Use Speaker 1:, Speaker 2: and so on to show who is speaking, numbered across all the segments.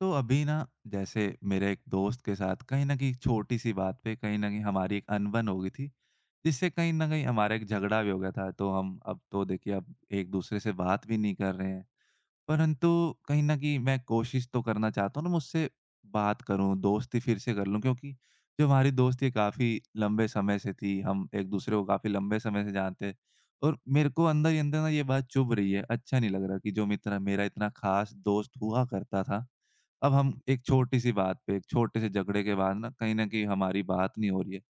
Speaker 1: तो अभी ना, जैसे मेरे एक दोस्त के साथ कहीं न कहीं छोटी-सी बात पे कहीं न कहीं हमारी एक अनबन हो गई थी, जिससे कहीं न कहीं हमारा एक झगड़ा भी हो गया था। तो हम अब, तो देखिए अब एक-दूसरे से बात भी नहीं कर रहे हैं। परंतु कहीं न कहीं मैं कोशिश तो करना चाहता हूँ ना, मैं उससे बात करूँ, दोस्ती फिर से कर लूँ, क्योंकि जो हमारी दोस्ती है काफ़ी लंबे समय से थी, हम एक-दूसरे को काफ़ी लंबे समय से जानते हैं। और मेरे को अंदर ही अंदर ना ये बात चुभ रही है, अच्छा नहीं लग रहा कि जो मित्र मेरा इतना ख़ास दोस्त हुआ करता था, अब हम एक छोटी-सी बात पे, एक छोटे से झगड़े के बाद ना कहीं न कहीं हमारी बात नहीं हो रही है।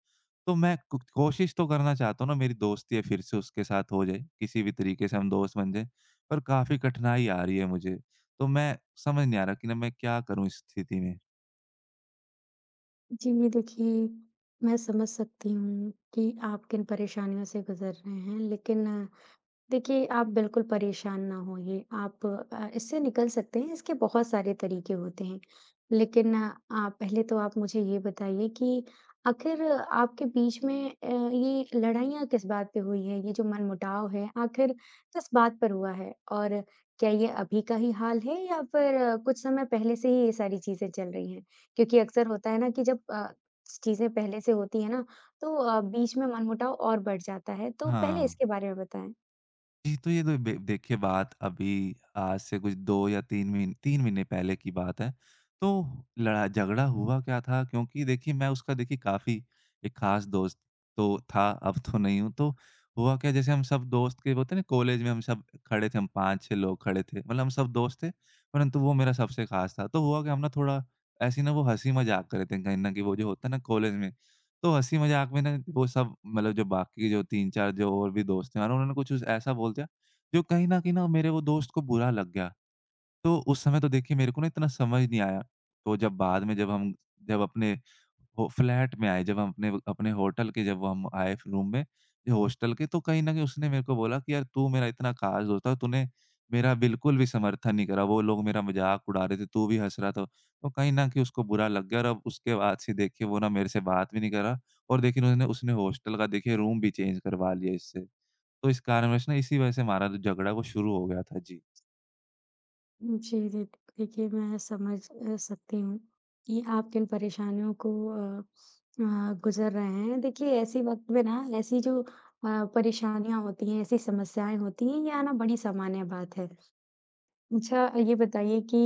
Speaker 1: तो मैं कु कोशिश तो करना चाहता हूँ ना, मेरी दोस्ती है फिर से उसके साथ हो जाए, किसी भी तरीके से हम दोस्त बन जाएँ, पर काफ़ी कठिनाई आ रही है मुझे। तो मैं समझ नहीं आ रहा कि ना मैं क्या करूँ इस स्थिति में?
Speaker 2: जी, देखिए मैं समझ सकती हूँ कि आप किन परेशानियों से गुज़र रहे हैं, लेकिन देखिए, आप बिल्कुल परेशान ना होइए। आप इससे निकल सकते हैं, इसके बहुत सारे तरीके होते हैं। लेकिन आप पहले तो आप मुझे ये बताइए कि आखिर आपके बीच में ये लड़ाइयाँ किस बात पे हुई हैं? ये जो मनमुटाव है, आखिर किस बात पर हुआ है? और क्या ये अभी का ही हाल है या फिर कुछ समय पहले से ही ये सारी चीज़ें चल रही हैं? क्योंकि अक्सर होता है ना कि जब चीज़ें पहले से होती हैं ना, तो बीच में मनमुटाव और बढ़ जाता है। तो पहले
Speaker 1: हाँ।
Speaker 2: इसके बारे में बताएँ।
Speaker 1: जी, तो ये तो बे देखिए बात अभी आज से कुछ 2 या 3 महीन 3 महीने पहले की बात है। तो लड़ा झगड़ा हुआ क्या था, क्योंकि देखिए मैं उसका, देखिए काफ़ी एक ख़ास दोस्त तो था, अब तो नहीं हूँ। तो हुआ क्या, जैसे हम सब दोस्त के होते हैं ना, कॉलेज में हम सब खड़े थे, हम 5-6 लोग खड़े थे। मतलब हम सब दोस्त थे, परंतु वो मेरा सबसे ख़ास था। तो हुआ क्या, हम ना थोड़ा ऐसी ना वो हँसी मज़ाक कर रहे थे, कहीं न कहीं वो जो होता है ना कॉलेज में। तो हँसी मज़ाक में ना वो सब, मतलब जो बाकी जो 3-4 जो और भी दोस्त हैं, और उन्होंने कुछ ऐसा बोल दिया, जो कहीं न कहीं ना मेरे वो दोस्त को बुरा लग गया। तो उस समय तो देखिए मेरे को ना इतना समझ नहीं आया। तो जब बाद में, जब हम जब अपने हो फ्लैट में आए, जब हम अपने अपने होटल के, जब हम आए रूम में, जो हॉस्टल के, तो कहीं न कहीं उसने मेरे को बोला कि, "यार तू मेरा इतना खास दोस्त था, तूने मेरा बिल्कुल भी समर्थन नहीं करा। वो लोग मेरा मज़ाक उड़ा रहे थे, तू भी हँस रहा था।" तो कहीं न कहीं उसको बुरा लग गया, और अब उसके बाद से देखिए वो ना मेरे से बात भी नहीं करा, और देखिए उन्होंने उसने हॉस्टल का देखिए रूम भी चेंज करवा लिया इससे। तो इस कारणवश ना इसी वजह से हमारा जो झगड़ा है वो शुरू हो गया था। जी।
Speaker 2: जी, जी। देखिए, मैं समझ सकती हूँ कि आप किन परेशानियों को अ, गुज़र रहे हैं। देखिए, ऐसे वक़्त में ना ऐसी जो परेशानियाँ होती हैं, ऐसी समस्याएँ होती हैं, ये आना बड़ी सामान्य बात है। अच्छा ये बताइए कि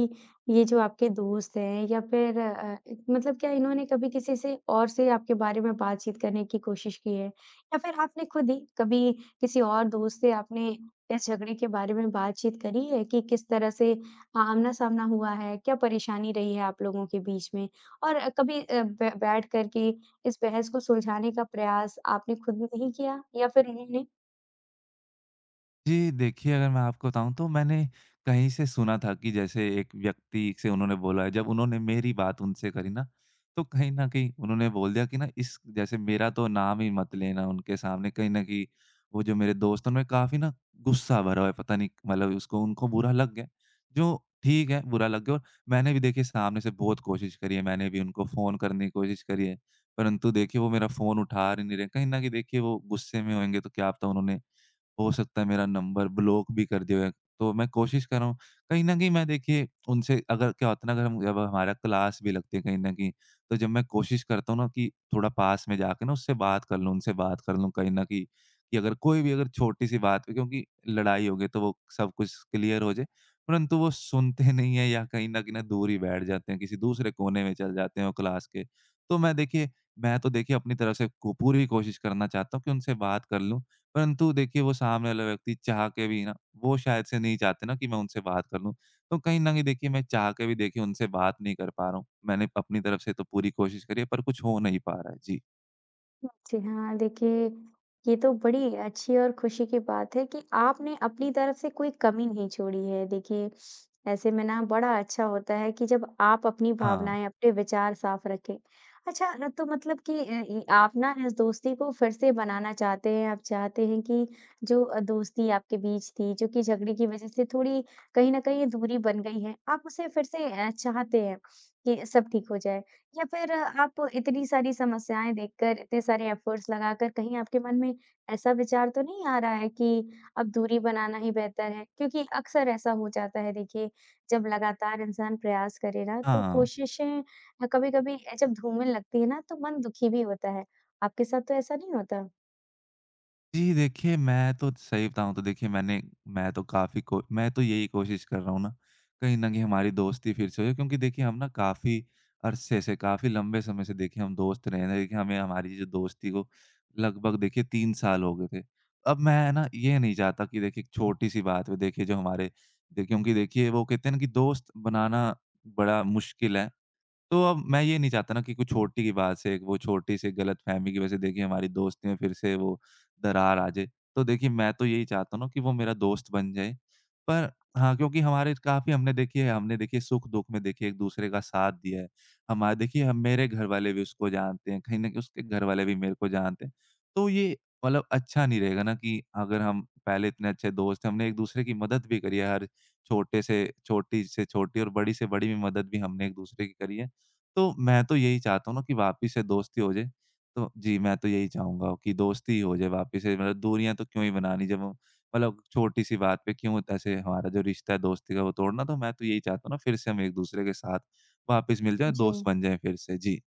Speaker 2: ये जो आपके दोस्त हैं या फिर मतलब क्या इन्होंने कभी किसी से और से आपके बारे में बातचीत करने की कोशिश की है? या फिर आपने खुद ही कभी किसी और दोस्त से आपने इस झगड़े के बारे में बातचीत करी है कि किस तरह से आमना-सामना हुआ है? क्या परेशानी रही है आप लोगों के बीच में? और कभी अ, बै बैठ कर के इस बहस को सुलझाने का प्रयास आपने खुद नहीं किया या फिर उन्होंने?
Speaker 1: जी, देखिए अगर मैं आपको बताऊँ तो मैंने कहीं से सुना था कि जैसे एक व्यक्ति से उन्होंने बोला है, जब उन्होंने मेरी बात उनसे करी ना, तो कहीं न कहीं उन्होंने बोल दिया कि ना, इस जैसे मेरा तो नाम ही मत लेना उनके सामने, कहीं न कहीं वो जो मेरे दोस्त हैं, उनमें काफ़ी ना गुस्सा भरा हुआ है, पता नहीं, मतलब उसको उनको बुरा लग गया, जो ठीक है, बुरा लग गया। और मैंने भी देखिए सामने से बहुत कोशिश करी है, मैंने भी उनको फ़ोन करने की कोशिश करी है, परंतु देखिए वो मेरा फ़ोन उठा ही नहीं रहे, कहीं न कहीं देखिए वो गुस्से में होंगे, तो क्या पता उन्होंने, हो सकता है मेरा नंबर ब्लॉक भी कर दिया हो। तो मैं कोशिश कर रहा हूँ। कहीं न कहीं मैं देखिए उनसे, अगर क्या होता है ना, अगर हम, जब हमारा क्लास भी लगती है कहीं न कहीं, तो जब मैं कोशिश करता हूँ ना कि थोड़ा पास में जाके ना उससे बात कर लूँ, उनसे बात कर लूँ, कहीं न कहीं कि अगर कोई भी अगर छोटी-सी बात पे क्योंकि लड़ाई हो गई, तो वो सब कुछ क्लियर हो जाए। परंतु वो सुनते नहीं हैं, या कहीं न कहीं ना दूर ही बैठ जाते हैं, किसी दूसरे कोने में चले जाते हैं वो क्लास के। तो मैं देखिए, मैं तो देखिए अपनी तरफ से को पूरी कोशिश करना चाहता हूँ कि उनसे बात कर लूँ, परंतु देखिए वो सामने वाला व्यक्ति चाह के भी ना, वो शायद से नहीं चाहते ना कि मैं उनसे बात कर लूँ। तो कहीं न कहीं देखिए मैं चाह के भी देखिए उनसे बात नहीं कर पा रहा हूँ। मैंने अपनी तरफ से तो पूरी कोशिश करी है, पर कुछ हो नहीं पा रहा है। जी।
Speaker 2: जी हाँ, देखिए ये तो बड़ी अच्छी और खुशी की बात है कि आपने अपनी तरफ से कोई कमी नहीं छोड़ी है। देखिए, ऐसे में ना बड़ा अच्छा होता है कि जब आप अपनी
Speaker 1: हाँ।
Speaker 2: भावनाएँ, अपने विचार साफ रखें। अच्छा न तो मतलब कि अ, इ आप ना इस दोस्ती को फिर से बनाना चाहते हैं, आप चाहते हैं कि जो दोस्ती आपके बीच थी, जो कि झगड़े की वज़ह से थोड़ी कहीं न कहीं दूरी बन गई है, आप उसे फिर से चाहते हैं कि सब ठीक हो जाए। या फिर आप इतनी सारी समस्याएँ देखकर, इतने सारे एफ़र्ट्स लगाकर कहीं आपके मन में ऐसा विचार तो नहीं आ रहा है कि अब दूरी बनाना ही बेहतर है? क्योंकि अक्सर ऐसा हो जाता है देखिए, जब लगातार इंसान प्रयास करे ना तो
Speaker 1: हाँ।
Speaker 2: कोशिशें कभी-कभी जब धूमिल लगती है ना तो मन दुखी भी होता है। आपके साथ तो ऐसा नहीं होता?
Speaker 1: जी, देखिए मैं तो सही बताऊँ तो देखिए मैंने मैं तो काफ़ी को मैं तो यही कोशिश कर रहा हूँ ना, कहीं न कहीं हमारी दोस्ती फिर से हो जाए, क्योंकि देखिए हम ना काफ़ी अरसे से, काफ़ी लंबे समय से देखिए हम दोस्त रहे हैं। देखिए हमें हमारी जो दोस्ती को लगभग देखिए 3 साल हो गए थे। अब मैं ना ये नहीं चाहता कि देखिए एक छोटी-सी बात पे, देखिए जो हमारे, देखिए क्योंकि देखिए वो कहते हैं ना कि दोस्त बनाना बड़ा मुश्किल है। तो अब मैं ये नहीं चाहता ना कि कुछ छोटी की बात से, वो छोटी सी गलतफ़हमी की वजह से देखिए हमारी दोस्ती में फिर से वो दरार आ जाए। तो देखिए मैं तो यही चाहता हूँ ना कि वो मेरा दोस्त बन जाए। पर हाँ, क्योंकि हमारे काफ़ी, हमने देखिए सुख-दुःख में देखिए एक-दूसरे का साथ दिया है। हमारे देखिए हम मेरे घरवाले भी उसको जानते हैं, कहीं न कहीं उसके घरवाले भी मेरे को जानते हैं। तो ये, मतलब अच्छा नहीं रहेगा ना कि अगर हम पहले इतने अच्छे दोस्त हैं, हमने एक-दूसरे की मदद भी करी है, हर छोटे से छोटी और बड़ी से बड़ी भी मदद भी हमने एक-दूसरे की करी है। तो मैं तो यही चाहता हूँ ना कि वापिस से दोस्ती हो जाए। तो जी, मैं तो यही चाहूँगा कि दोस्ती हो जाए वापिस से, मतलब दूरियाँ तो क्यों ही बनानी, जब हम, मतलब छोटी-सी बात पे क्यों ऐसे हमारा जो रिश्ता है दोस्ती का वो तोड़ना, तो मैं तो यही चाहता हूँ ना, फिर से हम एक-दूसरे के साथ वापिस मिल जाएँ,
Speaker 2: जी।
Speaker 1: दोस्त बन जाएँ फिर से। जी।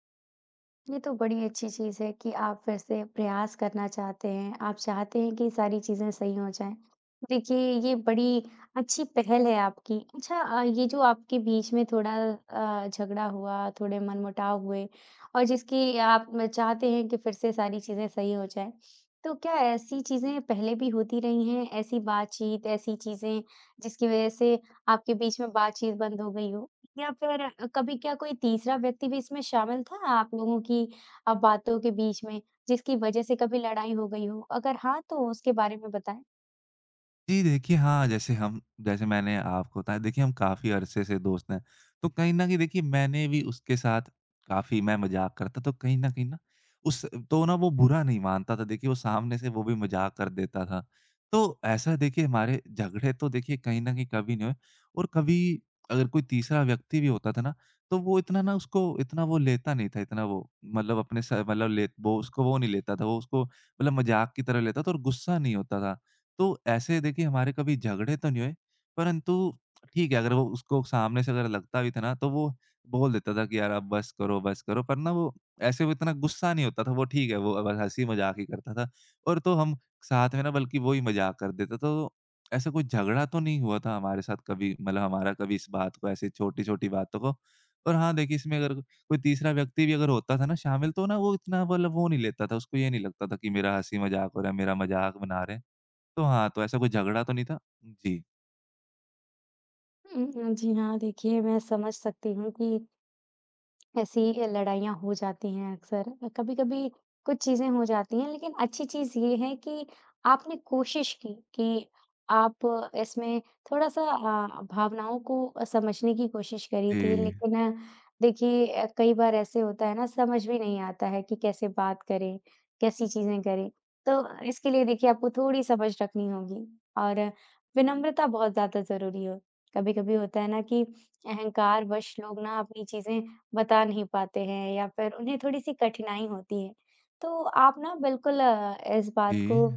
Speaker 2: ये तो बड़ी अच्छी चीज़ है कि आप फिर से प्रयास करना चाहते हैं, आप चाहते हैं कि सारी चीज़ें सही हो जाएँ। देखिए, ये बड़ी अच्छी पहल है आपकी। अच्छा ये जो आपके बीच में थोड़ा झगड़ा हुआ, थोड़े मनमुटाव हुए और जिसकी आप चाहते हैं कि फिर से सारी चीज़ें सही हो जाएँ। तो क्या ऐसी चीज़ें पहले भी होती रही हैं, ऐसी बातचीत, ऐसी चीज़ें जिसकी वज़ह से आपके बीच में बातचीत बंद हो गई हो? या फिर कभी क्या कोई तीसरा व्यक्ति भी इसमें शामिल था आप लोगों की बातों के बीच में, जिसकी वजह से कभी लड़ाई हो गई हो? अगर हाँ, तो उसके बारे में बताएँ।
Speaker 1: जी, देखिए, हाँ, जैसे मैंने आपको बताया देखिए हम काफ़ी अरसे से दोस्त हैं। तो कहीं न कहीं देखिए मैंने भी उसके साथ काफ़ी मैं मज़ाक करता, तो कहीं न कहीं ना उस तो ना वो बुरा नहीं मानता था, देखिए वो सामने से वो भी मज़ाक कर देता था। तो ऐसा देखिए हमारे झगड़े तो देखिए कहीं न कहीं कभी नहीं हुए। और कभी अगर कोई तीसरा व्यक्ति भी होता था ना, तो वो इतना ना, उसको इतना वो लेता नहीं था, इतना वो मतलब अपने स मतलब ले वो उसको वो नहीं लेता था, वो उसको मतलब मज़ाक की तरह लेता था और गुस्सा नहीं होता था। तो ऐसे देखिए हमारे कभी झगड़े तो नहीं हुए, परंतु ठीक है, अगर वो उसको सामने से अगर लगता भी था ना, तो वो बोल देता था कि यार, अब बस करो, बस करो, पर ना वो ऐसे वो इतना गुस्सा नहीं होता था, वो ठीक है, वो बस हँसी-मज़ाक ही करता था, और तो हम साथ में ना, बल्कि वो ही मज़ाक कर देते, तो ऐसा कोई झगड़ा तो नहीं हुआ था हमारे साथ कभी, मतलब हमारा कभी इस बात को, ऐसी छोटी-छोटी बातों को। और हाँ, देखिए इसमें अगर कोई तीसरा व्यक्ति भी अगर होता था ना शामिल, तो ना वो इतना, मतलब वो नहीं लेता था, उसको ये नहीं लगता था कि मेरा हँसी-मज़ाक हो रहा है, मेरा मज़ाक बना रहे हैं। तो हाँ, तो ऐसा कोई झगड़ा तो नहीं था? जी।
Speaker 2: हुँ, जी हाँ, देखिए मैं समझ सकती हूँ कि ऐसी लड़ाइयाँ हो जाती हैं अक्सर। कभी-कभी कुछ चीज़ें हो जाती हैं लेकिन अच्छी चीज़ ये है कि आपने कोशिश की कि आप इसमें थोड़ा-सा भावनाओं को समझने की कोशिश करी थी।
Speaker 1: जी।
Speaker 2: लेकिन देखिए कई बार ऐसे होता है ना समझ भी नहीं आता है कि कैसे बात करें, कैसी चीज़ें करें। तो इसके लिए देखिए आपको थोड़ी समझ रखनी होगी और विनम्रता बहुत ज़्यादा ज़रूरी है। कभी-कभी होता है ना कि अहंकारवश लोग ना अपनी चीज़ें बता नहीं पाते हैं या फिर उन्हें थोड़ी-सी कठिनाई होती है। तो आप ना बिल्कुल इस
Speaker 1: जी।
Speaker 2: बात को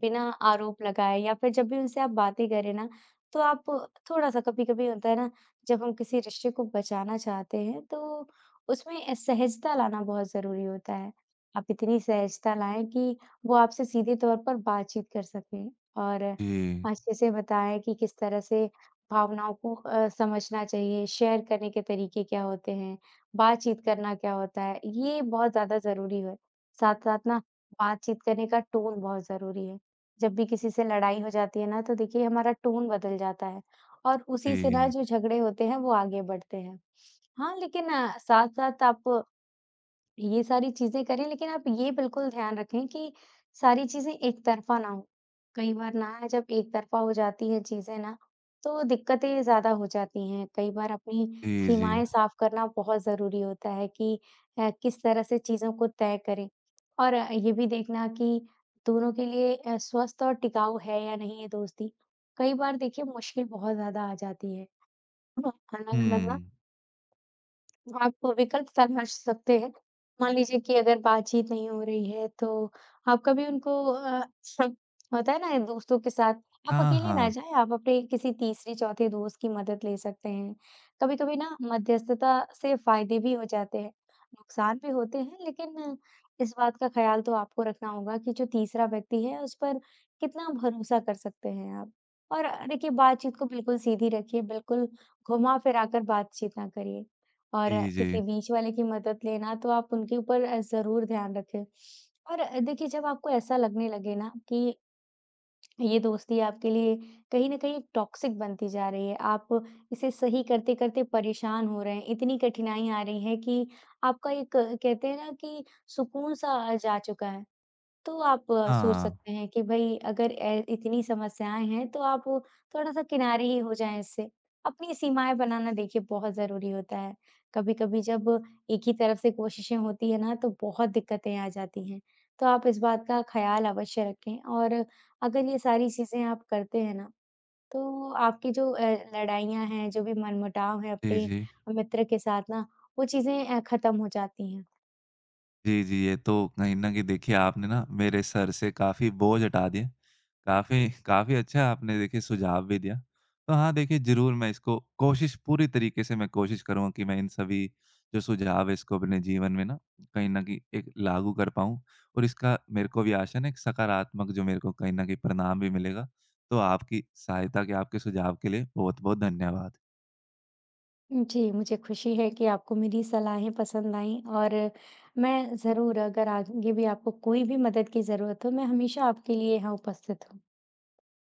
Speaker 2: बिना आरोप लगाए या फिर जब भी उनसे आप बातें करें ना, तो आप थोड़ा-सा कभी-कभी होता है ना, जब हम किसी रिश्ते को बचाना चाहते हैं, तो उसमें सहजता लाना बहुत ज़रूरी होता है। आप इतनी सहजता लाएँ कि वो आपसे सीधे तौर पर बातचीत कर सकें और
Speaker 1: जी।
Speaker 2: अच्छे से बताएँ कि किस तरह से भावनाओं को समझना चाहिए, शेयर करने के तरीके क्या होते हैं, बातचीत करना क्या होता है, ये बहुत ज़्यादा ज़रूरी है। साथ-साथ ना बातचीत करने का टोन बहुत ज़रूरी है। जब भी किसी से लड़ाई हो जाती है ना, तो देखिए हमारा टोन बदल जाता है और उसी से ना
Speaker 1: जी।
Speaker 2: जो झगड़े होते हैं, वो आगे बढ़ते हैं। हाँ, लेकिन साथ-साथ आप ये सारी चीज़ें करें, लेकिन आप ये बिल्कुल ध्यान रखें कि सारी चीज़ें एक तरफ़ा ना हो। कई बार ना है, जब एक तरफ़ा हो जाती हैं चीज़ें ना, तो दिक्कतें ज़्यादा हो जाती हैं। कई बार अपनी
Speaker 1: जी, जी।
Speaker 2: सीमाएँ साफ़ करना बहुत ज़रूरी होता है कि किस तरह से चीज़ों को तय करें। और ये भी देखना कि दोनों के लिए स्वस्थ और टिकाऊ है या नहीं ये दोस्ती। कई बार देखिए मुश्किल बहुत ज़्यादा आ जाती है। अलग-अलग ना
Speaker 1: हुँ।
Speaker 2: आप विकल्प तलाश सकते हैं। मान लीजिए कि अगर बातचीत नहीं हो रही है तो आप कभी उनको होता है ना दोस्तों के साथ आप
Speaker 1: हाँ,
Speaker 2: अकेले ना
Speaker 1: हाँ।
Speaker 2: जाएँ, आप अपने किसी तीसरे चौथे दोस्त की मदद ले सकते हैं। कभी-कभी ना मध्यस्थता से फ़ायदे भी हो जाते हैं, नुकसान भी होते हैं लेकिन इस बात का ख़्याल तो आपको रखना होगा कि जो तीसरा व्यक्ति है उस पर कितना भरोसा कर सकते हैं आप। और देखिए बातचीत को बिल्कुल सीधी रखिए, बिल्कुल घुमा-फिरा कर बातचीत ना करिए। और
Speaker 1: जी, जी।
Speaker 2: किसी बीच वाले की मदद लेना, तो आप उनके ऊपर ज़रूर ध्यान रखें। और देखिए जब आपको ऐसा लगने लगे ना कि ये दोस्ती आपके लिए कहीं न कहीं टॉक्सिक बनती जा रही है, आप इसे सही करते-करते परेशान हो रहे हैं, इतनी कठिनाई आ रही है कि आपका एक कहते हैं ना कि सुकून-सा जा चुका है, तो आप सोच
Speaker 1: हाँ।
Speaker 2: सकते हैं कि भई अगर ए इतनी समस्याएँ हैं तो आप थोड़ा-सा किनारे ही हो जाएँ इससे। अपनी सीमाएँ बनाना देखिए बहुत ज़रूरी होता है। कभी-कभी जब एक ही तरफ से कोशिशें होती है ना तो बहुत दिक्कतें आ जाती हैं। तो आप इस बात का ख़्याल अवश्य रखें और अगर ये सारी चीज़ें आप करते हैं ना तो आपकी जो लड़ाइयाँ हैं, जो भी मनमुटाव है
Speaker 1: जी,
Speaker 2: अपने
Speaker 1: जी।
Speaker 2: मित्र के साथ ना, वो चीज़ें ख़त्म हो जाती हैं।
Speaker 1: जी, जी। ये तो कहीं न कहीं देखिए आपने ना मेरे सर से काफ़ी बोझ हटा दिए। काफ़ी काफ़ी अच्छा आपने देखिए सुझाव भी दिया। तो हाँ, देखिए ज़रूर मैं इसको कोशिश पूरी तरीके से मैं कोशिश करूँगा कि मैं इन सभी जो सुझाव है इसको अपने जीवन में ना कहीं न कहीं एक लागू कर पाऊँ, और इसका मेरे को भी आशा है ना एक सकारात्मक जो मेरे को कहीं न कहीं परिणाम भी मिलेगा। तो आपकी सहायता के, आपके सुझाव के लिए बहुत-बहुत धन्यवाद।
Speaker 2: जी, मुझे खुशी है कि आपको मेरी सलाहें पसंद आईं और मैं ज़रूर अगर आगे भी आपको कोई भी मदद की ज़रूरत हो, मैं हमेशा आपके लिए यहाँ उपस्थित हूँ।